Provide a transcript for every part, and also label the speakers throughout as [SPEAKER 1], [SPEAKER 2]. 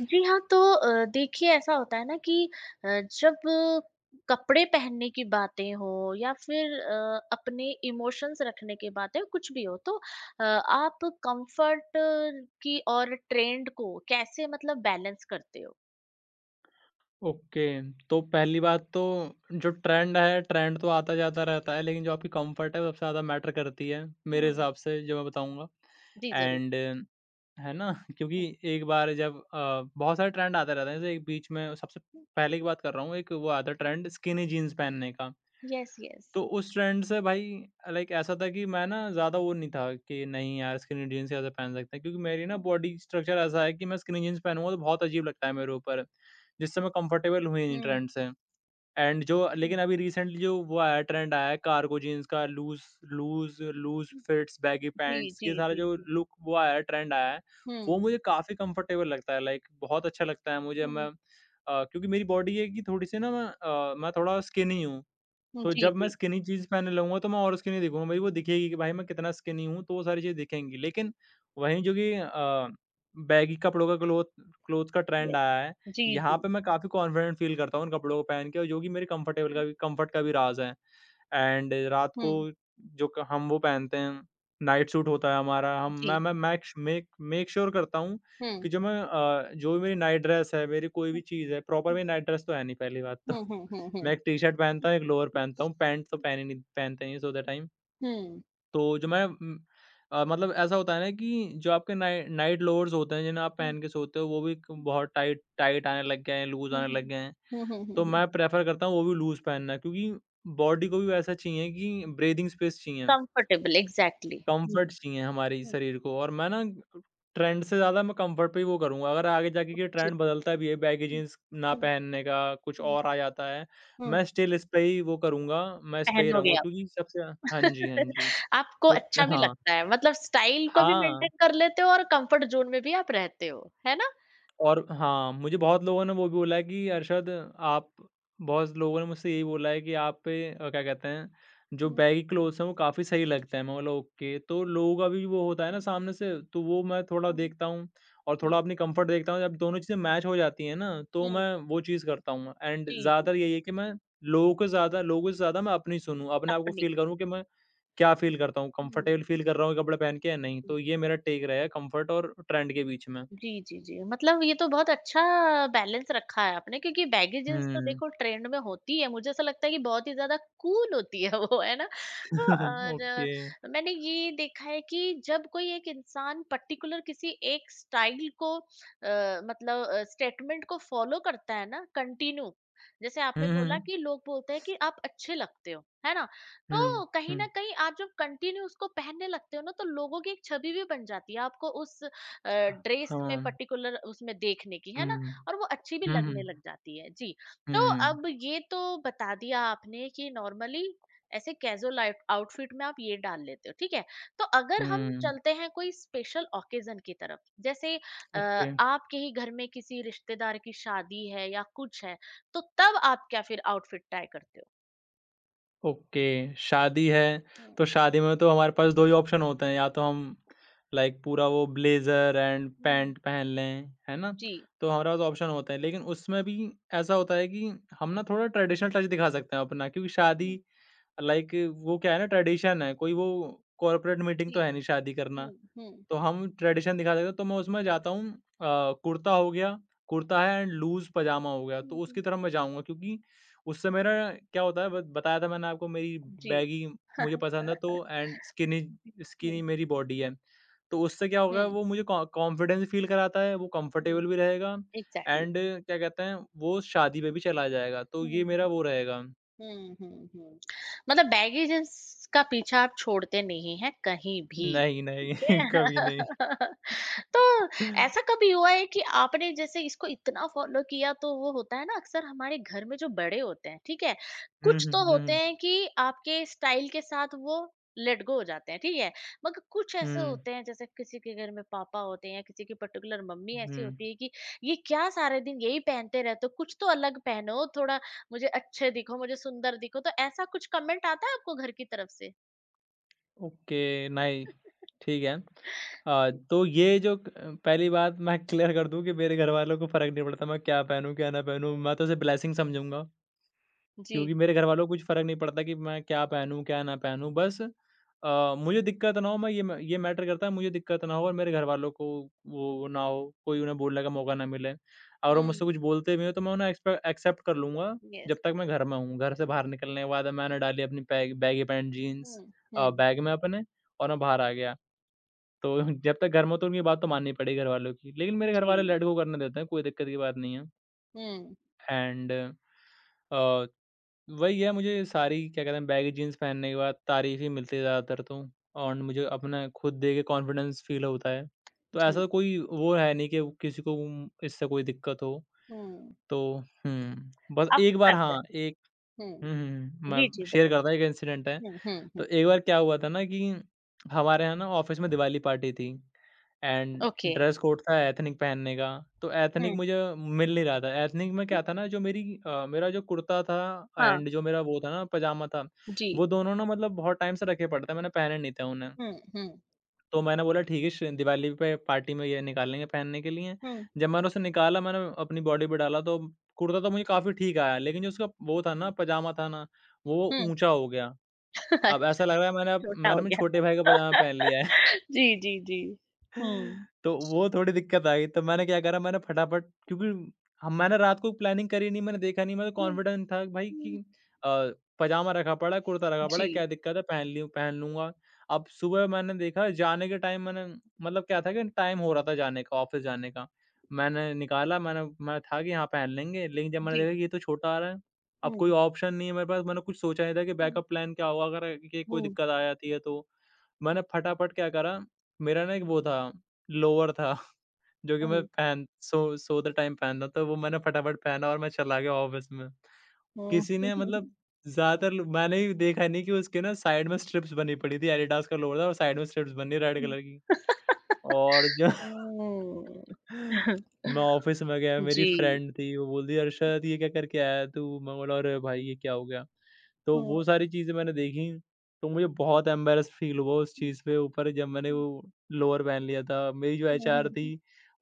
[SPEAKER 1] जी हाँ, तो देखिए ऐसा होता है ना कि अ, जब कपड़े पहनने की बातें हों या फिर अपने इमोशंस रखने की बातें हो, कुछ भी हो तो आप कंफर्ट की और ट्रेंड को कैसे मतलब बैलेंस करते हो?
[SPEAKER 2] ओके, तो पहली बात तो जो ट्रेंड है, ट्रेंड तो आता जाता रहता है, लेकिन जो आपकी कंफर्ट है वो सबसे ज़्यादा मैटर करती है, मेरे
[SPEAKER 1] हुँ।
[SPEAKER 2] हिसाब से जो मैं बताऊँगा।
[SPEAKER 1] जी, ज़रूर।
[SPEAKER 2] एंड है ना? क्योंकि एक बार जब बहुत सारे ट्रेंड आते रहते हैं, जैसे एक बीच में सबसे
[SPEAKER 1] हुँ।
[SPEAKER 2] पहले की बात कर रहा हूँ, एक वो आता है ट्रेंड स्किनी जीन्स पहनने का।
[SPEAKER 1] Yes, yes.
[SPEAKER 2] तो उस ट्रेंड से भाई लाइक ऐसा था कि मैं ना ज़्यादा वो नहीं था कि नहीं यार स्किनी जीन्स कैसे पहन सकते हैं क्योंकि मेरी ना बॉडी स्ट्रक्चर ऐसा है कि मैं स्किनी जीन्स पहनूंगा तो बहुत अजीब लगता है मेरे ऊपर जिससे मैं कंफर्टेबल हुई नहीं
[SPEAKER 1] हुँ,
[SPEAKER 2] ट्रेंड से। एंड जो
[SPEAKER 1] हुँ।
[SPEAKER 2] लेकिन अभी रिसेंटली जो वो आया ट्रेंड आया है कार्गो जीन्स का loose loose loose fits baggy
[SPEAKER 1] जी,
[SPEAKER 2] पैंट्स ये
[SPEAKER 1] जी,
[SPEAKER 2] सारा
[SPEAKER 1] जी,
[SPEAKER 2] जो
[SPEAKER 1] जी।
[SPEAKER 2] लुक वो आया ट्रेंड आया है।
[SPEAKER 1] हुँ,
[SPEAKER 2] वो मुझे काफ़ी कंफर्टेबल लगता है लाइक बहुत अच्छा लगता है मुझे।
[SPEAKER 1] हुँ।
[SPEAKER 2] मैं क्योंकि मेरी बॉडी है कि थोड़ी सी ना मैं मैं थोड़ा स्किनी हूँ, तो
[SPEAKER 1] जी,
[SPEAKER 2] जब मैं
[SPEAKER 1] जी।
[SPEAKER 2] स्किनी चीज़ पहनने लगूँगा तो मैं और स्किनी दिखूँगा, मेरी को दिखेगी कि भाई मैं कितना स्किनी हूँ, तो वो सारी चीज़ें दिखेंगी। लेकिन वहीं जो कि बैगी कपड़ों का क्लोथ क्लोथ का ट्रेंड
[SPEAKER 1] यस।
[SPEAKER 2] आया है,
[SPEAKER 1] जी,
[SPEAKER 2] यहाँ
[SPEAKER 1] जी।
[SPEAKER 2] पे मैं काफ़ी कॉन्फिडेंट फ़ील करता हूँ उन कपड़ों को पहन के और जो कि मेरे कम्फ़र्ट का भी राज़ है। एंड रात को
[SPEAKER 1] हुँ,
[SPEAKER 2] जो क हम वो पहनते हैं, नाइट सूट होता है हमारा। हम
[SPEAKER 1] जी।
[SPEAKER 2] मैं मैक मेक मेक श्योर करता हूँ
[SPEAKER 1] हुँ,
[SPEAKER 2] कि जो मैं जो भी मेरी नाइट ड्रेस है, मेरी कोई भी
[SPEAKER 1] हुँ,
[SPEAKER 2] चीज़ है, प्रॉपर मेरी नाइट ड्रेस तो है नहीं पहली बात तो।
[SPEAKER 1] हुँ, हुँ, हुँ, हुँ। हुँ।
[SPEAKER 2] मैं एक टी-शर्ट पहनता हूँ, एक लोअर पहनता हूँ, पैंट तो पहनते नहीं सोते टाइम। तो जो मैं मतलब ऐसा होता है ना कि जो आपके नाइट लोअर्स होते हैं, जिन्हें आप
[SPEAKER 1] हुँ, हुँ,
[SPEAKER 2] पहन के सोते हो, वो भी क बहुत टाइट टाइट आने लग गए हैं, लूज़
[SPEAKER 1] हुँ।
[SPEAKER 2] आने लग गए हैं।
[SPEAKER 1] हुँ, हुँ, हुँ,
[SPEAKER 2] तो
[SPEAKER 1] हुँ।
[SPEAKER 2] मैं प्रेफ़र करता हूँ वो भी लूज़ पहनना क्योंकि बॉडी को भी वैसा चाहिए कि ब्रीथिंग स्पेस चाहिए,
[SPEAKER 1] कंफर्टेबल एग्ज़ैक्टली। हुँ,
[SPEAKER 2] कम्फ़र्ट चाहिए हमारे
[SPEAKER 1] हुँ,
[SPEAKER 2] शरीर को। और मैं ना ट्रेंड से ज़्यादा मैं कम्फ़र्ट पे ही वो करूँगा। अगर आगे जाके ये
[SPEAKER 1] ओके।
[SPEAKER 2] ट्रेंड बदलता भी है, बैगी
[SPEAKER 1] हुँ,
[SPEAKER 2] जीन्स ना
[SPEAKER 1] हुँ,
[SPEAKER 2] पहनने का कुछ
[SPEAKER 1] हुँ,
[SPEAKER 2] और आ जाता है,
[SPEAKER 1] हुँ।
[SPEAKER 2] मैं स्टिल इस पे ही वो करूँगा, मैं इस पे ही
[SPEAKER 1] पहनोगे
[SPEAKER 2] रहूँगा
[SPEAKER 1] आप।
[SPEAKER 2] क्योंकि सबसे। हाँ जी, हाँ जी।
[SPEAKER 1] आपको
[SPEAKER 2] तो
[SPEAKER 1] अच्छा भी
[SPEAKER 2] हाँ,
[SPEAKER 1] लगता है मतलब स्टाइल को भी
[SPEAKER 2] हाँ।
[SPEAKER 1] मेंटेन कर लेते हो और कंफर्ट ज़ोन में भी आप रहते हो, है ना?
[SPEAKER 2] और हाँ, मुझे बहुत लोगों ने वो भी बोला है कि अरशद आप बहुत लोगों ने मुझसे यही बोला है कि आप पे क्या कहते हैं, जो
[SPEAKER 1] हुँ,
[SPEAKER 2] बैगी क्लोथ्स हैं वो काफ़ी सही लगते हैं। मैं बोला ओके, तो लोगों का भी वो
[SPEAKER 1] हुँ,
[SPEAKER 2] होता है ना
[SPEAKER 1] हुँ,
[SPEAKER 2] सामने से, तो वो मैं थोड़ा
[SPEAKER 1] हुँ, हुँ,
[SPEAKER 2] देखता हूँ और
[SPEAKER 1] हुँ,
[SPEAKER 2] थोड़ा अपनी कम्फ़र्ट देखता हूँ। जब दोनों चीज़ें मैच हो जाती हैं ना, तो
[SPEAKER 1] हुँ।
[SPEAKER 2] मैं वो चीज़ करता हूँ एंड
[SPEAKER 1] जी, जी,
[SPEAKER 2] ज़्यादातर यही है कि मैं लोगों से ज़्यादा मैं अपनी सुनूँ, अपने आप को
[SPEAKER 1] अपनी।
[SPEAKER 2] फ़ील करूँ कि मैं क्या फ़ील करता हूँ,
[SPEAKER 1] हुँ,
[SPEAKER 2] कम्फ़र्टेबल
[SPEAKER 1] हुँ,
[SPEAKER 2] फ़ील कर रहा हूँ ये कपड़े पहन के या नहीं।
[SPEAKER 1] हुँ।
[SPEAKER 2] तो ये मेरा टेक रहेगा कम्फ़र्ट और ट्रेंड के बीच में।
[SPEAKER 1] जी, जी, जी। मतलब ये तो बहुत अच्छा बैलेंस रखा है आपने क्योंकि बैगेजेस तो
[SPEAKER 2] हुँ।
[SPEAKER 1] देखो ट्रेंड में होती है। मुझे ऐसा लगता है कि बहुत ही ज़्यादा कूल होती है वो, है ना? तो और
[SPEAKER 2] ओके।
[SPEAKER 1] मैंने ये देखा है कि जब कोई एक इंसान पर्टिकुलर किसी एक स्टाइल को स्टेटमेंट को फ़ॉलो करता है ना कंटिन्यू, जैसे
[SPEAKER 2] हुँ,
[SPEAKER 1] आपने बोला
[SPEAKER 2] हुँ,
[SPEAKER 1] कि लोग बोलते हैं कि आप अच्छे लगते हो, है ना?
[SPEAKER 2] हुँ,
[SPEAKER 1] तो कहीं
[SPEAKER 2] हुँ,
[SPEAKER 1] न कहीं आप जब कंटिन्यू उसको पहनने लगते हो ना, तो लोगों की एक छवि भी बन जाती है। आपको उस
[SPEAKER 2] ह
[SPEAKER 1] ड्रेस में
[SPEAKER 2] हाँ,
[SPEAKER 1] पर्टिकुलर उसमें देखने की है ना
[SPEAKER 2] हुँ,
[SPEAKER 1] और वो अच्छी भी
[SPEAKER 2] हुँ, हुँ,
[SPEAKER 1] लगने लग जाती है जी। तो
[SPEAKER 2] हुँ,
[SPEAKER 1] अब ये तो बता दिया आपने कि नॉर्मली ऐसे कैजुअल आउटफिट में आप ये डाल लेते हो ठीक है। तो अगर हम
[SPEAKER 2] हुँ,
[SPEAKER 1] चलते हैं कोई स्पेशल ओकेजन की तरफ जैसे
[SPEAKER 2] ओके,
[SPEAKER 1] आपके ही घर में किसी रिश्तेदार की शादी है या कुछ है तो तब आप क्या फिर आउटफिट ट्राई करते हो।
[SPEAKER 2] ओके, शादी है,
[SPEAKER 1] हम्म,
[SPEAKER 2] तो शादी में तो हमारे पास 2 ही ऑप्शन होते हैं, या तो हम लाइक पूरा वो ब्लेज़र एंड
[SPEAKER 1] हम्म,
[SPEAKER 2] पैंट पहन लें, है ना?
[SPEAKER 1] जी।
[SPEAKER 2] तो हमारे पास ऑप्शन होते हैं, लेकिन उसमें भी ऐसा होता है कि हम ना थोड़ा ट्रेडिशनल टच दिखा सकते हैं अपना क्योंकि शादी
[SPEAKER 1] हम्म,
[SPEAKER 2] लाइक वो क्या है ना ट्रेडिशन है, कोई वो कॉर्पोरेट मीटिंग
[SPEAKER 1] जी।
[SPEAKER 2] तो है नहीं शादी करना।
[SPEAKER 1] हम्म।
[SPEAKER 2] तो हम ट्रेडिशन दिखा देते हैं, तो मैं उसमें जाता हूँ कुर्ता हो गया, कुर्ता है एंड लूज़ पजामा हो गया, तो
[SPEAKER 1] हम्म,
[SPEAKER 2] उसकी
[SPEAKER 1] हम्म,
[SPEAKER 2] तरफ मैं जाऊँगा क्योंकि उससे मेरा क्या होता है, ब बताया था मैंने आपको मेरी
[SPEAKER 1] जी।
[SPEAKER 2] बैगी मुझे पसंद है तो
[SPEAKER 1] जी,
[SPEAKER 2] एंड स्किनी
[SPEAKER 1] हम्म।
[SPEAKER 2] स्किनी मेरी बॉडी है। तो उससे क्या होगा
[SPEAKER 1] हम्म
[SPEAKER 2] वो मुझे कॉ कॉन्फिडेंस फील कराता है, वो
[SPEAKER 1] हुँ,
[SPEAKER 2] कंफर्टेबल भी रहेगा
[SPEAKER 1] एग्ज़ैक्टली।
[SPEAKER 2] एंड क्या कहते हैं, वो शादी में भी चला जाएगा, तो
[SPEAKER 1] हुँ,
[SPEAKER 2] ये मेरा वो रहेगा।
[SPEAKER 1] हुँ, हुँ, हुँ। मतलब बैगेजेस का पीछा आप छोड़ते नहीं हैं कहीं भी,
[SPEAKER 2] नहीं, नहीं,
[SPEAKER 1] ठीक
[SPEAKER 2] कभी
[SPEAKER 1] है?
[SPEAKER 2] नहीं।
[SPEAKER 1] तो ऐसा कभी हुआ है कि आपने जैसे इसको इतना फॉलो किया तो वो होता है ना अक्सर हमारे घर में जो बड़े होते हैं ठीक है।
[SPEAKER 2] हुँ,
[SPEAKER 1] कुछ
[SPEAKER 2] हुँ,
[SPEAKER 1] तो होते
[SPEAKER 2] हुँ,
[SPEAKER 1] हैं कि आपके स्टाइल के साथ वो लेट गो हो जाते हैं ठीक है, मगर कुछ ऐसे
[SPEAKER 2] हुँ,
[SPEAKER 1] होते हैं जैसे किसी के घर में पापा होते हैं या किसी की पर्टिकुलर मम्मी
[SPEAKER 2] हुँ,
[SPEAKER 1] ऐसी
[SPEAKER 2] हुँ।
[SPEAKER 1] होती है कि ये क्या सारे दिन यही पहनते रहते हो कुछ तो अलग पहनो थोड़ा, मुझे अच्छे दिखो मुझे सुंदर दिखो। तो ऐसा कुछ कमेंट आता है आपको घर की तरफ से?
[SPEAKER 2] ओके, नहीं, ठीक है। तो ये जो क पहली बात मैं क्लियर कर दूँ कि मेरे घरवालों को फ़र्क नहीं पड़ता मैं क्या पहनूँ, क्या ना
[SPEAKER 1] जी।
[SPEAKER 2] पहनूँ, मैं तो इसे ब्लेसिंग समझूँगा।
[SPEAKER 1] जी।
[SPEAKER 2] क्योंकि मेरे घर वालों को कुछ फ़र्क नहीं पड़ता कि मैं क्या पहनूँ, क्या ना पहनूँ बस मुझे दिक्कत ना हो मैं ये मैटर करता है मुझे दिक्कत ना हो और मेरे घर वालों को वो ना हो, कोई उन्हें बोलने का मौका ना मिले। और वो
[SPEAKER 1] हम्म।
[SPEAKER 2] मुझसे कुछ बोलते भी हैं तो मैं उन्हें एक्सपे एक्सेप्ट कर लूँगा जब
[SPEAKER 1] यस।
[SPEAKER 2] तक मैं घर में हूँ। घर से बाहर निकलने के बाद मैंने डाली अपनी बैगी पैंट जीन्स
[SPEAKER 1] हुँ, हुँ।
[SPEAKER 2] बैग में अपने और मैं बाहर आ गया। तो जब तक घर में हो तो उनकी बात तो माननी पड़ेगी घर वालों की। लेकिन मेरे घर
[SPEAKER 1] जी।
[SPEAKER 2] वाले लेट गो करने देते हैं, कोई दिक्कत की बात नहीं है।
[SPEAKER 1] हुँ,
[SPEAKER 2] एंड अ, वही है, मुझे सारी क्या कहते हैं बैगी जीन्स पहनने के बाद तारीफ़ ही मिलती है ज़्यादातर तो और मुझे अपना खुद देख के कॉन्फिडेंस फ़ील होता है। तो ऐसा
[SPEAKER 1] जी।
[SPEAKER 2] तो कोई वो है नहीं कि वो किसी को इससे कोई दिक्कत हो।
[SPEAKER 1] हुँ।
[SPEAKER 2] तो हुँ, बस
[SPEAKER 1] अब
[SPEAKER 2] एक बार
[SPEAKER 1] करते
[SPEAKER 2] हाँ, एक
[SPEAKER 1] हुँ। हैं।
[SPEAKER 2] हुँ,
[SPEAKER 1] हुँ।
[SPEAKER 2] हुँ। मैं
[SPEAKER 1] जी, जी,
[SPEAKER 2] शेयर करता
[SPEAKER 1] बताइए।
[SPEAKER 2] हूँ एक इंसिडेंट है।
[SPEAKER 1] हुँ, हुँ,
[SPEAKER 2] तो
[SPEAKER 1] हुँ।
[SPEAKER 2] एक बार क्या हुआ था ना कि हमारे यहाँ ना ऑफ़िस में दिवाली पार्टी थी एंड
[SPEAKER 1] ओके।
[SPEAKER 2] ड्रेस कोड था एथनिक पहनने का। तो एथनिक
[SPEAKER 1] हुँ।
[SPEAKER 2] मुझे मिल नहीं रहा था। एथनिक में
[SPEAKER 1] अ,
[SPEAKER 2] क्या था ना जो मेरी मेरा जो कुर्ता था
[SPEAKER 1] हाँ।
[SPEAKER 2] एंड जो मेरा वो था ना पजामा था,
[SPEAKER 1] जी।
[SPEAKER 2] वो दोनों ना मतलब बहुत टाइम से रखे पड़े थे, मैंने पहने नहीं थे उन्हें।
[SPEAKER 1] हुँ, हुँ,
[SPEAKER 2] तो मैंने बोला ठीक है, श दिवाली पे पार्टी में ये निकालेंगे पहनने के लिए।
[SPEAKER 1] हुँ,
[SPEAKER 2] जब मैंने उसे निकाला मैंने अपनी बॉडी पे डाला तो कुर्ता तो मुझे काफ़ी ठीक आया, लेकिन जो उसका वो था ना पजामा था ना, वो
[SPEAKER 1] हुँ।
[SPEAKER 2] ऊँचा हो गया। अब ऐसा
[SPEAKER 1] अच्छा,
[SPEAKER 2] लग रहा है मैंने अब
[SPEAKER 1] छोटा हो
[SPEAKER 2] मैंने अपने
[SPEAKER 1] गया।
[SPEAKER 2] छोटे भाई का पजामा पहन लिया है।
[SPEAKER 1] जी, जी, जी। हुँ।
[SPEAKER 2] तो वो थोड़ी दिक्कत आ गई। तो मैंने क्या करा मैंने फटाफट क्योंकि हम मैंने रात को प्लानिंग करी नहीं, मैंने देखा नहीं, मैं तो
[SPEAKER 1] हुँ,
[SPEAKER 2] कॉन्फिडेंट था भाई कि
[SPEAKER 1] हुँ।
[SPEAKER 2] अ, पजामा रखा पड़ा है, कुर्ता रखा पड़ा है,
[SPEAKER 1] जी,
[SPEAKER 2] क्या दिक्कत है पहन लूँगा। अब सुबह मैंने देखा जाने के टाइम मैंने मतलब क्या था कि टाइम हो रहा था जाने का, ऑफ़िस जाने का। मैंने निकाला मैंने मैं था कि हाँ, पहन लेंगे, लेकिन जब मैंने
[SPEAKER 1] जी।
[SPEAKER 2] देखा कि ये तो छोटा आ रहा है। अब कोई
[SPEAKER 1] हुँ,
[SPEAKER 2] ऑप्शन नहीं है मेरे पास, मैंने कुछ सोचा नहीं था कि
[SPEAKER 1] हुँ,
[SPEAKER 2] बैकअप प्लान क्या होगा अगर ये कोई
[SPEAKER 1] हुँ,
[SPEAKER 2] दिक्कत आ जाती है तो। मैंने फटाफट क्या करा मेरा ना एक वो था, लोवर था जो कि मैं
[SPEAKER 1] हुँ,
[SPEAKER 2] पहन सो सोते टाइम पहनता था, तो वो मैंने फटाफट पहना और मैं चला गया ऑफ़िस में।
[SPEAKER 1] हुँ।
[SPEAKER 2] किसी ने मतलब ज़्यादातर लो मैंने ये देखा नहीं कि उसके ना साइड में स्ट्रिप्स बनी पड़ी थी, एडिडास का लोवर था और साइड में स्ट्रिप्स बनी रेड कलर की और जो मैं ऑफिस में गया
[SPEAKER 1] हुँ।
[SPEAKER 2] मेरी
[SPEAKER 1] जी।
[SPEAKER 2] फ्रेंड थी वो बोल रही है अरशद ये क्या करके आया है तू मैं बोला अरे भाई ये क्या हो गया। तो
[SPEAKER 1] हुँ।
[SPEAKER 2] वो सारी चीज़ें मैंने देखी। तो मुझे बहुत एम्बेरस फील हुआ उस
[SPEAKER 1] हुँ,
[SPEAKER 2] चीज़ पे ऊपर जब मैंने वो
[SPEAKER 1] हुँ,
[SPEAKER 2] लोअर पहन लिया था। मेरी जो
[SPEAKER 1] हुँ,
[SPEAKER 2] एचआर
[SPEAKER 1] हुँ,
[SPEAKER 2] थी
[SPEAKER 1] हुँ।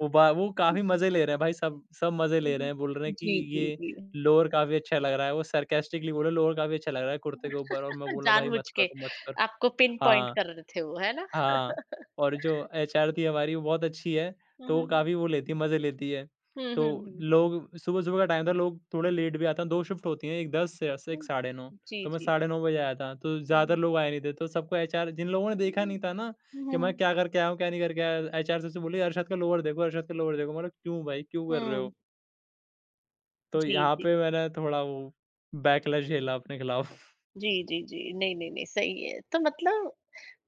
[SPEAKER 2] वो बा वो काफ़ी मज़े ले रहे हैं भाई सब सब मज़े ले रहे
[SPEAKER 1] हुँ।
[SPEAKER 2] हैं बोल रहे हैं कि
[SPEAKER 1] जी, जी,
[SPEAKER 2] ये
[SPEAKER 1] जी।
[SPEAKER 2] लोअर काफ़ी अच्छा लग रहा है वो सरकेस्टिकली बोले लोअर काफ़ी अच्छा लग रहा है कुर्ते के ऊपर और मैं बोला भाई
[SPEAKER 1] जानबूझ के
[SPEAKER 2] मत करो।
[SPEAKER 1] आपको पिन पॉइंट
[SPEAKER 2] हाँ।
[SPEAKER 1] कर रहे थे वो, है ना?
[SPEAKER 2] हाँ, और जो एचआर थी हमारी वो बहुत अच्छी है,
[SPEAKER 1] हुँ,
[SPEAKER 2] तो
[SPEAKER 1] हुँ,
[SPEAKER 2] वो
[SPEAKER 1] हुँ।
[SPEAKER 2] काफ़ी वो लेती है, मज़े लेती है।
[SPEAKER 1] हुँ,
[SPEAKER 2] तो
[SPEAKER 1] हुँ, हुँ।
[SPEAKER 2] लोग सुबह-सुबह का टाइम था, लोग थोड़े लेट भी आते हैं, 2 शिफ्ट होती हैं, एक 10 से एक
[SPEAKER 1] हुँ।
[SPEAKER 2] साढ़े 9,
[SPEAKER 1] जी,
[SPEAKER 2] तो मैं
[SPEAKER 1] जी।
[SPEAKER 2] साढ़े 9 बजे आया था, तो
[SPEAKER 1] हुँ,
[SPEAKER 2] ज़्यादातर
[SPEAKER 1] हुँ।
[SPEAKER 2] लोग आए नहीं थे, तो सबको एचआर जिन लोगों ने देखा नहीं था ना
[SPEAKER 1] हुँ, हुँ,
[SPEAKER 2] कि मैं
[SPEAKER 1] हुँ।
[SPEAKER 2] क्या करके आया हूँ, क्या नहीं करके आया, एचआर सबसे बोली, "अरशद का लोअर देखो, अरशद का लोअर देखो।" मैंने कहा, "क्यों भाई, क्यों कर रहे
[SPEAKER 1] हुँ।
[SPEAKER 2] हो?" तो
[SPEAKER 1] जी,
[SPEAKER 2] यहाँ
[SPEAKER 1] जी।
[SPEAKER 2] पे मैंने थोड़ा वो बैकलैश झेला अपने खिलाफ।
[SPEAKER 1] जी, जी, जी। नहीं, नहीं, नहीं, सही है। तो मतलब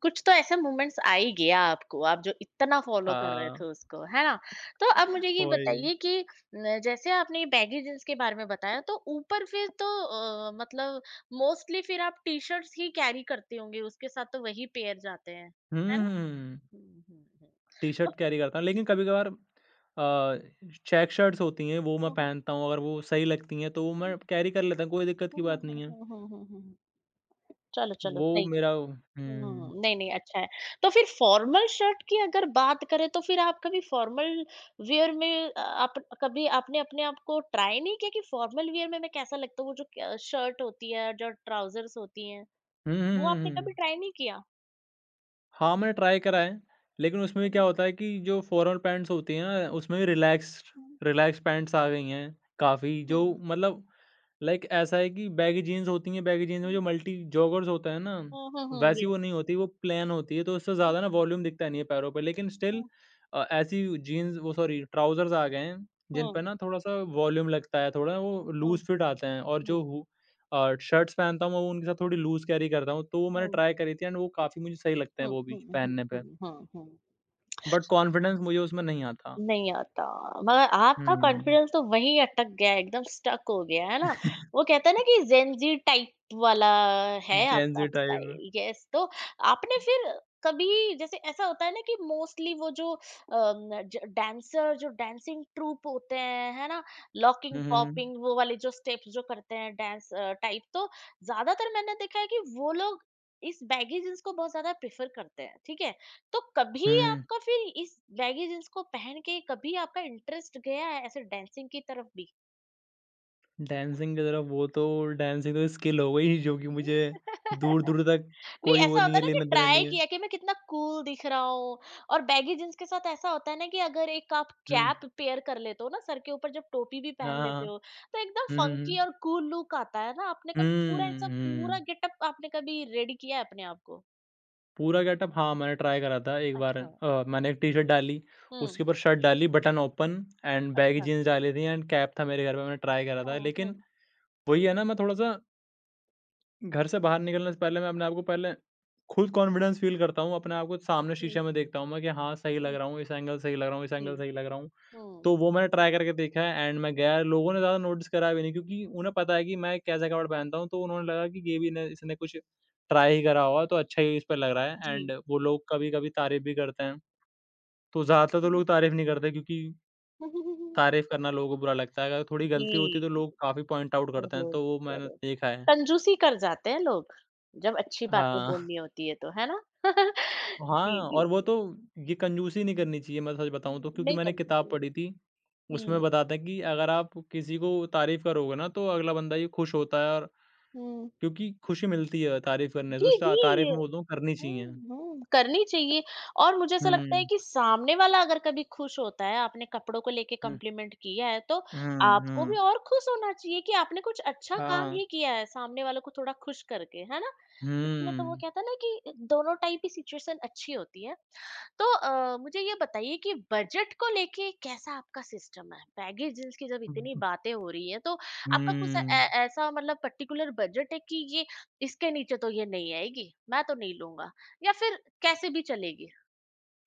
[SPEAKER 1] कुछ तो ऐसा मोमेंट्स आ ही गया आपको, आप जो इतना फ़ॉलो कर रहे थे
[SPEAKER 2] हाँ,
[SPEAKER 1] उसको, है ना? तो अब मुझे ये
[SPEAKER 2] वही।
[SPEAKER 1] बताइए कि न जैसे आपने ये बैगी जीन्स के बारे में बताया, तो ऊपर फिर तो मतलब मोस्टली फिर आप टी-शर्ट्स ही कैरी करते होंगे, उसके साथ तो वही पेयर जाते हैं,
[SPEAKER 2] हुँ,
[SPEAKER 1] है ना?
[SPEAKER 2] हुँ।
[SPEAKER 1] हुँ, हुँ, हुँ। और
[SPEAKER 2] टी-शर्ट
[SPEAKER 1] फिर
[SPEAKER 2] कैरी करता हूँ, लेकिन कभी-कभार अ, चेक शर्ट्स होती हैं, वो मैं
[SPEAKER 1] हुँ, हुँ।
[SPEAKER 2] पहनता हूँ, अगर वो सही लगती हैं, तो वो मैं कैरी कर लेता हूँ, कोई दिक्कत
[SPEAKER 1] हुँ,
[SPEAKER 2] की
[SPEAKER 1] हुँ,
[SPEAKER 2] बात
[SPEAKER 1] हुँ,
[SPEAKER 2] नहीं है।
[SPEAKER 1] हुँ, हुँ, हुँ, हुँ, हुँ। चलो, चलो
[SPEAKER 2] वो
[SPEAKER 1] सही।
[SPEAKER 2] मेरा हुँ।
[SPEAKER 1] हुँ, नहीं, नहीं अच्छा है। तो फिर फॉर्मल शर्ट की अगर बात करें तो फिर आप कभी फॉर्मल वियर में आप कभी आपने अपने आप को ट्राई नहीं किया कि फॉर्मल वियर में मैं कैसा लगता हूँ? वो जो क शर्ट होती है, जो ट्राउज़र्स होती हैं,
[SPEAKER 2] हुँ, हुँ,
[SPEAKER 1] वो आपने
[SPEAKER 2] हुँ,
[SPEAKER 1] कभी
[SPEAKER 2] हुँ।
[SPEAKER 1] ट्राई नहीं किया?
[SPEAKER 2] हाँ, मैंने ट्राई करा है, लेकिन उसमें भी क्या
[SPEAKER 1] हुँ,
[SPEAKER 2] होता है कि जो फॉर्मल पैंट्स होती हैं ना, उसमें भी
[SPEAKER 1] हुँ,
[SPEAKER 2] रिलैक्स पैंट्स आ गई हैं काफ़ी, जो
[SPEAKER 1] हुँ,
[SPEAKER 2] मतलब लाइक ऐसा है कि बैगी जीन्स होती हैं, बैगी जीन्स में
[SPEAKER 1] हुँ।
[SPEAKER 2] जो मल्टी जॉगर्स होता है ना,
[SPEAKER 1] हुँ, हुँ, हुँ,
[SPEAKER 2] वैसी
[SPEAKER 1] यस।
[SPEAKER 2] वो नहीं होती, वो प्लेन होती है, तो उससे ज़्यादा ना वॉल्यूम दिखता नहीं है पैरों पे। लेकिन स्टिल
[SPEAKER 1] हुँ,
[SPEAKER 2] ऐसी जीन्स वो सॉरी ट्राउज़र्स आ गए हैं, जिन
[SPEAKER 1] हुँ,
[SPEAKER 2] पे ना थोड़ा-सा वॉल्यूम लगता है, थोड़ा वो
[SPEAKER 1] हुँ,
[SPEAKER 2] लूज़ फिट आते हैं और
[SPEAKER 1] हुँ, हुँ,
[SPEAKER 2] शर्ट्स पहनता हूँ, मैं वो उनके साथ थोड़ी लूज़ कैरी करता हूँ, तो वो मैंने
[SPEAKER 1] हुँ,
[SPEAKER 2] ट्राई करी थी एंड वो काफ़ी मुझे सही लगते हैं
[SPEAKER 1] हुँ,
[SPEAKER 2] वो भी
[SPEAKER 1] हुँ, हुँ,
[SPEAKER 2] पहनने पे,
[SPEAKER 1] हुँ, हुँ, हुँ।
[SPEAKER 2] बट कॉन्फिडेंस मुझे उसमें नहीं आता।
[SPEAKER 1] नहीं आता, मगर आपका
[SPEAKER 2] हुँ।
[SPEAKER 1] कॉन्फिडेंस तो वहीं अटक गया है, एकदम स्टक हो गया, है ना? वो कहते हैं ना कि ज़ेन ज़ी टाइप वाला है
[SPEAKER 2] जेन
[SPEAKER 1] आपका
[SPEAKER 2] ज़ी टाइप।
[SPEAKER 1] Style, yes. तो आपने फिर कभी जैसे ऐसा होता है ना कि मोस्टली वो जो ज डांसर जो डांसिंग ट्रूप होते हैं, है ना? लॉकिंग,
[SPEAKER 2] हुँ, हुँ,
[SPEAKER 1] पॉपिंग वो वाले जो स्टेप्स जो करते हैं डांस टाइप तो ज़्यादातर मैंने देखा है कि वो लोग इस बैगी जीन्स को बहुत ज़्यादा प्रेफ़र करते हैं, ठीक है? तो कभी
[SPEAKER 2] हुँ।
[SPEAKER 1] आपका फिर इस बैगी जींस को पहन के कभी आपका इंटरेस्ट गया है ऐसे डांसिंग की तरफ भी?
[SPEAKER 2] डांसिंग की तरफ वो तो डांसिंग तो स्किल हो गई जो कि मुझे दूर-दूर
[SPEAKER 1] नहीं,
[SPEAKER 2] तक कोई वो
[SPEAKER 1] ऐसा
[SPEAKER 2] नहीं
[SPEAKER 1] होता है
[SPEAKER 2] है,
[SPEAKER 1] ना कि
[SPEAKER 2] लेना-देना
[SPEAKER 1] ट्राई
[SPEAKER 2] नहीं है।
[SPEAKER 1] किया कि मैं कितना कूल दिख रहा हूँ और बैगी जींस के साथ ऐसा होता है ना कि अगर एक आप
[SPEAKER 2] हुँ।
[SPEAKER 1] कैप पेयर कर लेते हो ना सर के ऊपर जब टोपी भी पहन
[SPEAKER 2] हाँ, हाँ, हाँ।
[SPEAKER 1] लेते हो, तो एकदम
[SPEAKER 2] हुँ, हुँ,
[SPEAKER 1] फंकी
[SPEAKER 2] हुँ।
[SPEAKER 1] और कूल लुक आता है ना, आपने कभी
[SPEAKER 2] हुँ,
[SPEAKER 1] पूरा ऐसा पूरा
[SPEAKER 2] हुँ।
[SPEAKER 1] गेटअप आपने कभी रेडी किया है अपने आप को?
[SPEAKER 2] पूरा गेटअप हाँ, मैंने ट्राई करा था एक बार
[SPEAKER 1] अच्छा।
[SPEAKER 2] मैंने एक टी-शर्ट डाली,
[SPEAKER 1] हुँ,
[SPEAKER 2] उसके ऊपर शर्ट डाली बटन ओपन एंड बैगी
[SPEAKER 1] अच्छा।
[SPEAKER 2] जीन्स डाली थी एंड कैप था मेरे घर पे, मैंने ट्राई करा था।
[SPEAKER 1] हाँ, हाँ।
[SPEAKER 2] लेकिन वही है ना मैं थोड़ा-सा घर से बाहर निकलने से पहले मैं अपने आप को पहले खुद कॉन्फिडेंस फ़ील करता हूँ, अपने आप को सामने
[SPEAKER 1] जी,
[SPEAKER 2] शीशे में देखता हूँ मैं कि हाँ, सही लग
[SPEAKER 1] हुँ,
[SPEAKER 2] रहा हूँ, इस एंगल सही लग रहा हूँ, इस
[SPEAKER 1] जी,
[SPEAKER 2] एंगल सही लग रहा हूँ।
[SPEAKER 1] हुँ।
[SPEAKER 2] तो वो मैंने ट्राई करके देखा है एंड मैं गया, लोगों ने ज़्यादा नोटिस करा भी नहीं क्योंकि उन्हें पता है कि मैं कैसा कपड़ा पहनता हूँ, तो उन्होंने लगा कि ये भी न इसने कुछ ट्राई ही करा होगा, तो अच्छा ही इस पे लग रहा है एंड
[SPEAKER 1] जी।
[SPEAKER 2] वो लोग कभी-कभी तारीफ़ भी करते हैं। तो ज़्यादातर तो
[SPEAKER 1] हुँ।
[SPEAKER 2] लोग तारीफ़ नहीं करते क्योंकि तारीफ़ करना लोगों को बुरा लगता है, अगर थोड़ी गलती होती है तो
[SPEAKER 1] जी,
[SPEAKER 2] लोग काफ़ी पॉइंट आउट करते हैं,
[SPEAKER 1] ज़रूर,
[SPEAKER 2] तो वो मैंने
[SPEAKER 1] ज़रूर।
[SPEAKER 2] देखा है।
[SPEAKER 1] कंजूसी कर जाते हैं लोग, जब अच्छी बातें
[SPEAKER 2] हाँ।
[SPEAKER 1] बोलनी होती है तो, है ना? जी,
[SPEAKER 2] हाँ, और
[SPEAKER 1] जी।
[SPEAKER 2] वो तो ये कंजूसी नहीं करनी चाहिए मैं सच बताऊँ
[SPEAKER 1] हुँ,
[SPEAKER 2] तो क्योंकि
[SPEAKER 1] नहीं
[SPEAKER 2] मैंने
[SPEAKER 1] करनी
[SPEAKER 2] किताब
[SPEAKER 1] चाहिए।
[SPEAKER 2] पढ़ी थी, उसमें
[SPEAKER 1] हुँ।
[SPEAKER 2] बताते हैं कि अगर आप किसी को तारीफ़ करोगे ना तो अगला बंदा ये खुश होता है और
[SPEAKER 1] हुँ।
[SPEAKER 2] क्योंकि खुशी मिलती है तारीफ़ करने
[SPEAKER 1] जी,
[SPEAKER 2] से, ता तारीफ़ मैं
[SPEAKER 1] जी।
[SPEAKER 2] बोलता हूँ करनी चाहिए।
[SPEAKER 1] हुँ, हुँ, करनी चाहिए। और मुझे ऐसा लगता है
[SPEAKER 2] हुँ,
[SPEAKER 1] कि सामने वाला अगर कभी खुश होता है, आपने कपड़ों को लेके
[SPEAKER 2] हुँ,
[SPEAKER 1] कॉम्प्लीमेंट किया है, तो
[SPEAKER 2] हुँ,
[SPEAKER 1] आपको भी
[SPEAKER 2] हुँ।
[SPEAKER 1] और खुश होना चाहिए कि आपने कुछ अच्छा काम
[SPEAKER 2] हाँ,
[SPEAKER 1] ही किया है, सामने वालों को थोड़ा खुश करके, है ना?
[SPEAKER 2] हुँ।
[SPEAKER 1] इसमें तो वो कहता है ना कि दोनों टाइप की सिचुएशन अच्छी होती है। तो मुझे ये बताइए कि बजट को लेके कैसा आपका सिस्टम है? बैगेज जीन्स की जब इतनी बातें हो रही हैं, तो आपका कुछ ऐ
[SPEAKER 2] हुँ।
[SPEAKER 1] ऐ- ऐसा मतलब पर्टिकुलर बजट है कि ये इसके नीचे तो ये नहीं आएगी, मैं तो नहीं लूँगा? या फिर कैसे भी चलेगी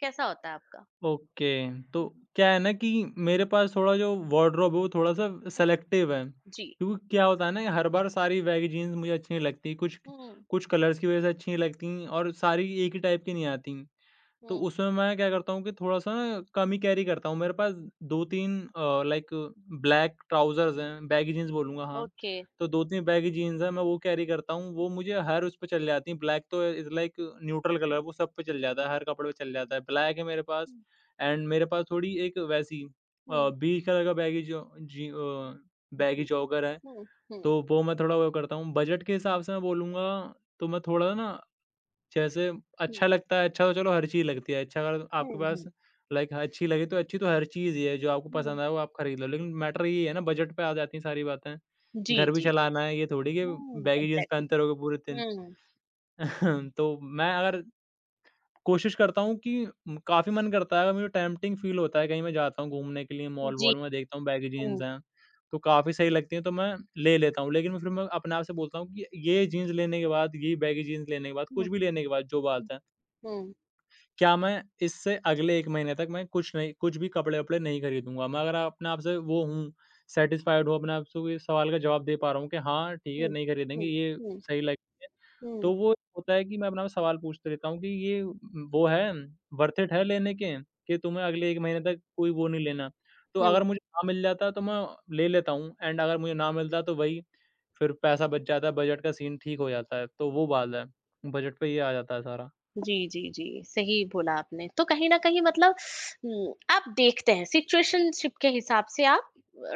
[SPEAKER 1] कैसा होता है आपका।
[SPEAKER 2] ओके, तो
[SPEAKER 1] हम्म।
[SPEAKER 2] क्या है ना कि मेरे पास थोड़ा जो वार्डरोब है वो थोड़ा-सा
[SPEAKER 1] हम्म,
[SPEAKER 2] सेलेक्टिव है।
[SPEAKER 1] जी।
[SPEAKER 2] क्योंकि क्या होता है ना हर बार सारी वैगी जीन्स मुझे अच्छी नहीं लगती, कुछ
[SPEAKER 1] हम्म।
[SPEAKER 2] कुछ कलर्स की वज़ह से अच्छी नहीं लगती और सारी एक ही टाइप की नहीं आती। तो
[SPEAKER 1] हम्म
[SPEAKER 2] उसमें मैं क्या करता हूँ कि थोड़ा-सा कम ही कैरी करता हूँ। मेरे पास 2-3 लाइक ब्लैक ट्राउज़र्स हैं, बैगी जीन्स बोलूँगा हाँ।
[SPEAKER 1] ओके।
[SPEAKER 2] तो 2-3 बैगी जीन्स हैं, मैं वो कैरी करता हूँ। वो मुझे हर उस पे चल जाती हैं, ब्लैक तो इज़ लाइक न्यूट्रल कलर है, वो सब पे चल जाता
[SPEAKER 1] हम्म
[SPEAKER 2] है, हर कपड़े पे चल जाता है। ब्लैक है मेरे पास
[SPEAKER 1] हम्म।
[SPEAKER 2] एंड मेरे पास थोड़ी एक वैसी
[SPEAKER 1] हम्म
[SPEAKER 2] बीच कलर का बैगी जो जी अ, बैगी
[SPEAKER 1] हम्म,
[SPEAKER 2] जॉगर है,
[SPEAKER 1] हम्म।
[SPEAKER 2] तो वो मैं थोड़ा वो करता हूँ। बजट के हिसाब से मैं बोलूँगा, तो मैं थोड़ा ना जैसे अच्छा
[SPEAKER 1] हम्म,
[SPEAKER 2] लगता है, अच्छा तो चलो हर चीज़ लगती है। अच्छा अगर आपके
[SPEAKER 1] हम्म
[SPEAKER 2] पास
[SPEAKER 1] हम्म,
[SPEAKER 2] लाइक अच्छी लगे तो अच्छी तो हर चीज़ ही है, जो आपको
[SPEAKER 1] हम्म,
[SPEAKER 2] पसंद आए वो आप खरीद लो। लेकिन मैटर ये है ना बजट पे आ जाती हैं सारी बातें।
[SPEAKER 1] जी
[SPEAKER 2] घर भी
[SPEAKER 1] जी।
[SPEAKER 2] चलाना है, ये थोड़ी कि बैगी जीन्स
[SPEAKER 1] एग्जैक्टली।
[SPEAKER 2] पहनते रहोगे पूरे दिन।
[SPEAKER 1] हम्म।
[SPEAKER 2] तो मैं अगर कोशिश करता हूँ कि काफ़ी मन करता है, अगर मुझे टेम्प्टिंग फ़ील होता है, कहीं मैं जाता हूँ घूमने के लिए
[SPEAKER 1] जी।
[SPEAKER 2] मॉल-वॉल में देखता हूँ बैगी
[SPEAKER 1] हम्म
[SPEAKER 2] जीन्स हैं, तो काफ़ी सही लगती हैं तो मैं ले लेता हूँ। लेकिन फिर मैं अपने आप से बोलता हूँ कि ये जीन्स लेने के बाद, ये बैगी जीन्स लेने के बाद,
[SPEAKER 1] हम्म।
[SPEAKER 2] कुछ भी लेने के बाद जो बात
[SPEAKER 1] हम्म
[SPEAKER 2] है
[SPEAKER 1] हम्म
[SPEAKER 2] क्या मैं इससे अगले 1 महीने तक मैं कुछ नहीं कुछ भी कपड़े-वपड़े नहीं खरीदूँगा। मैं अगर अपने आप से वो हूँ, सैटिस्फाइड हूँ अपने आप से इस सवाल का जवाब दे पा रहा हूँ कि हाँ, ठीक है, नहीं खरीदेंगे,
[SPEAKER 1] हम्म
[SPEAKER 2] ये
[SPEAKER 1] हम्म।
[SPEAKER 2] सही लगेंगे।
[SPEAKER 1] हम्म
[SPEAKER 2] तो वो होता है कि मैं अपने आप सवाल पूछते रहता हूँ कि ये वो है, वर्थ इट है लेने के कि तुम्हें अगले 1 महीने तक कोई वो नहीं लेना। तो
[SPEAKER 1] हम्म।
[SPEAKER 2] अगर मुझे ना मिल जाता तो मैं ले लेता हूँ एंड अगर मुझे ना मिलता तो वही फिर पैसा बच जाता है, बजट का सीन ठीक हो जाता है। तो वो बात है, बजट पे ये आ जाता है सारा।
[SPEAKER 1] जी, जी, जी, सही बोला आपने तो कहीं ना कहीं मतलब आप देखते हैं सिचुएशनशिप के हिसाब से आप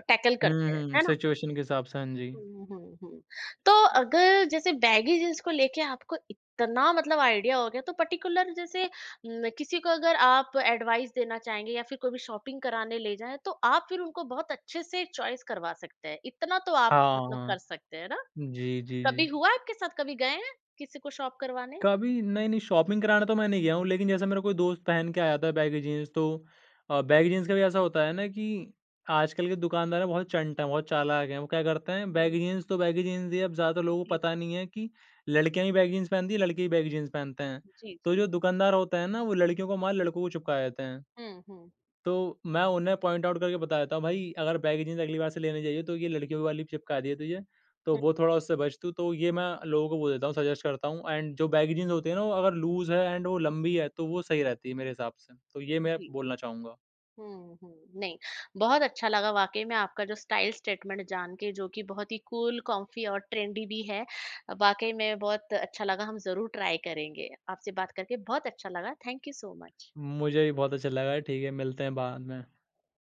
[SPEAKER 1] टैकल
[SPEAKER 2] हुँ,
[SPEAKER 1] करते हैं
[SPEAKER 2] हुँ,
[SPEAKER 1] है ना।
[SPEAKER 2] सिचुएशन के हिसाब से, हाँ जी।
[SPEAKER 1] हुँ, हुँ, हुँ। तो अगर जैसे बैगी जीन्स को लेके आपको इतना मतलब आइडिया हो गया तो पर्टिकुलर जैसे किसी को अगर आप एडवाइस देना चाहेंगे या फिर कोई भी शॉपिंग कराने ले जाएँ तो आप फिर उनको बहुत अच्छे से चॉइस करवा सकते हैं। इतना तो आप
[SPEAKER 2] हाँ,
[SPEAKER 1] मतलब कर
[SPEAKER 2] हाँ।
[SPEAKER 1] सकते हैं ना?
[SPEAKER 2] जी, जी,
[SPEAKER 1] कभी
[SPEAKER 2] जी।
[SPEAKER 1] हुआ आपके साथ? कभी गए हैं किसी को शॉप करवाने?
[SPEAKER 2] कभी नहीं-नहीं शॉपिंग कराने तो मैं नहीं गया हूँ, लेकिन जैसे मेरा कोई दोस्त पहन के आया था बैगी जीन्स तो बैगी जीन्स का भी ऐसा होता है ना कि आजकल के दुकानदार हैं बहुत चंट हैं, बहुत चालाक हैं। वो क्या करते हैं
[SPEAKER 1] हुँ,
[SPEAKER 2] बैगी जीन्स तो बैगी जीन्स ही है, अब ज़्यादातर लोगों को
[SPEAKER 1] जी,
[SPEAKER 2] पता नहीं है कि लड़कियाँ भी बैगी जीन्स पहनती हैं, लड़के भी बैगी जीन्स पहनते हैं।
[SPEAKER 1] जी,
[SPEAKER 2] तो
[SPEAKER 1] जी।
[SPEAKER 2] जो दुकानदार होते हैं ना, वो लड़कियों को माल लड़कों को चिपका देते हैं।
[SPEAKER 1] हुँ, हुँ।
[SPEAKER 2] तो मैं उन्हें पॉइंट आउट करके बता देता हूँ, "भाई अगर बैगी जीन्स अगली बार से लेने जाइयो तो ये लड़कियों वाली चिपका दिया तुझे, तो
[SPEAKER 1] हुँ।
[SPEAKER 2] वो थोड़ा उससे बच तू।" तो ये मैं लोगों को बोल देता हूँ, सजेस्ट करता हूँ एंड जो बैगी जीन्स होती है ना, वो अगर लूज़ है एंड वो लंबी है तो वो सही रहती है मेरे हिसाब से। तो ये मैं
[SPEAKER 1] जी।
[SPEAKER 2] बोलना चाहूँगा।
[SPEAKER 1] हुँ, हुँ। नहीं, बहुत अच्छा लगा वाक़ई में आपका जो स्टाइल स्टेटमेंट जान के जो कि बहुत ही कूल, कॉम्फी और ट्रेंडी भी है। वाक़ई में बहुत अच्छा लगा, हम ज़रूर ट्राई करेंगे। आपसे बात करके बहुत अच्छा लगा। Thank you so much.
[SPEAKER 2] मुझे भी बहुत अच्छा लगा। ठीक है, मिलते हैं बाद में।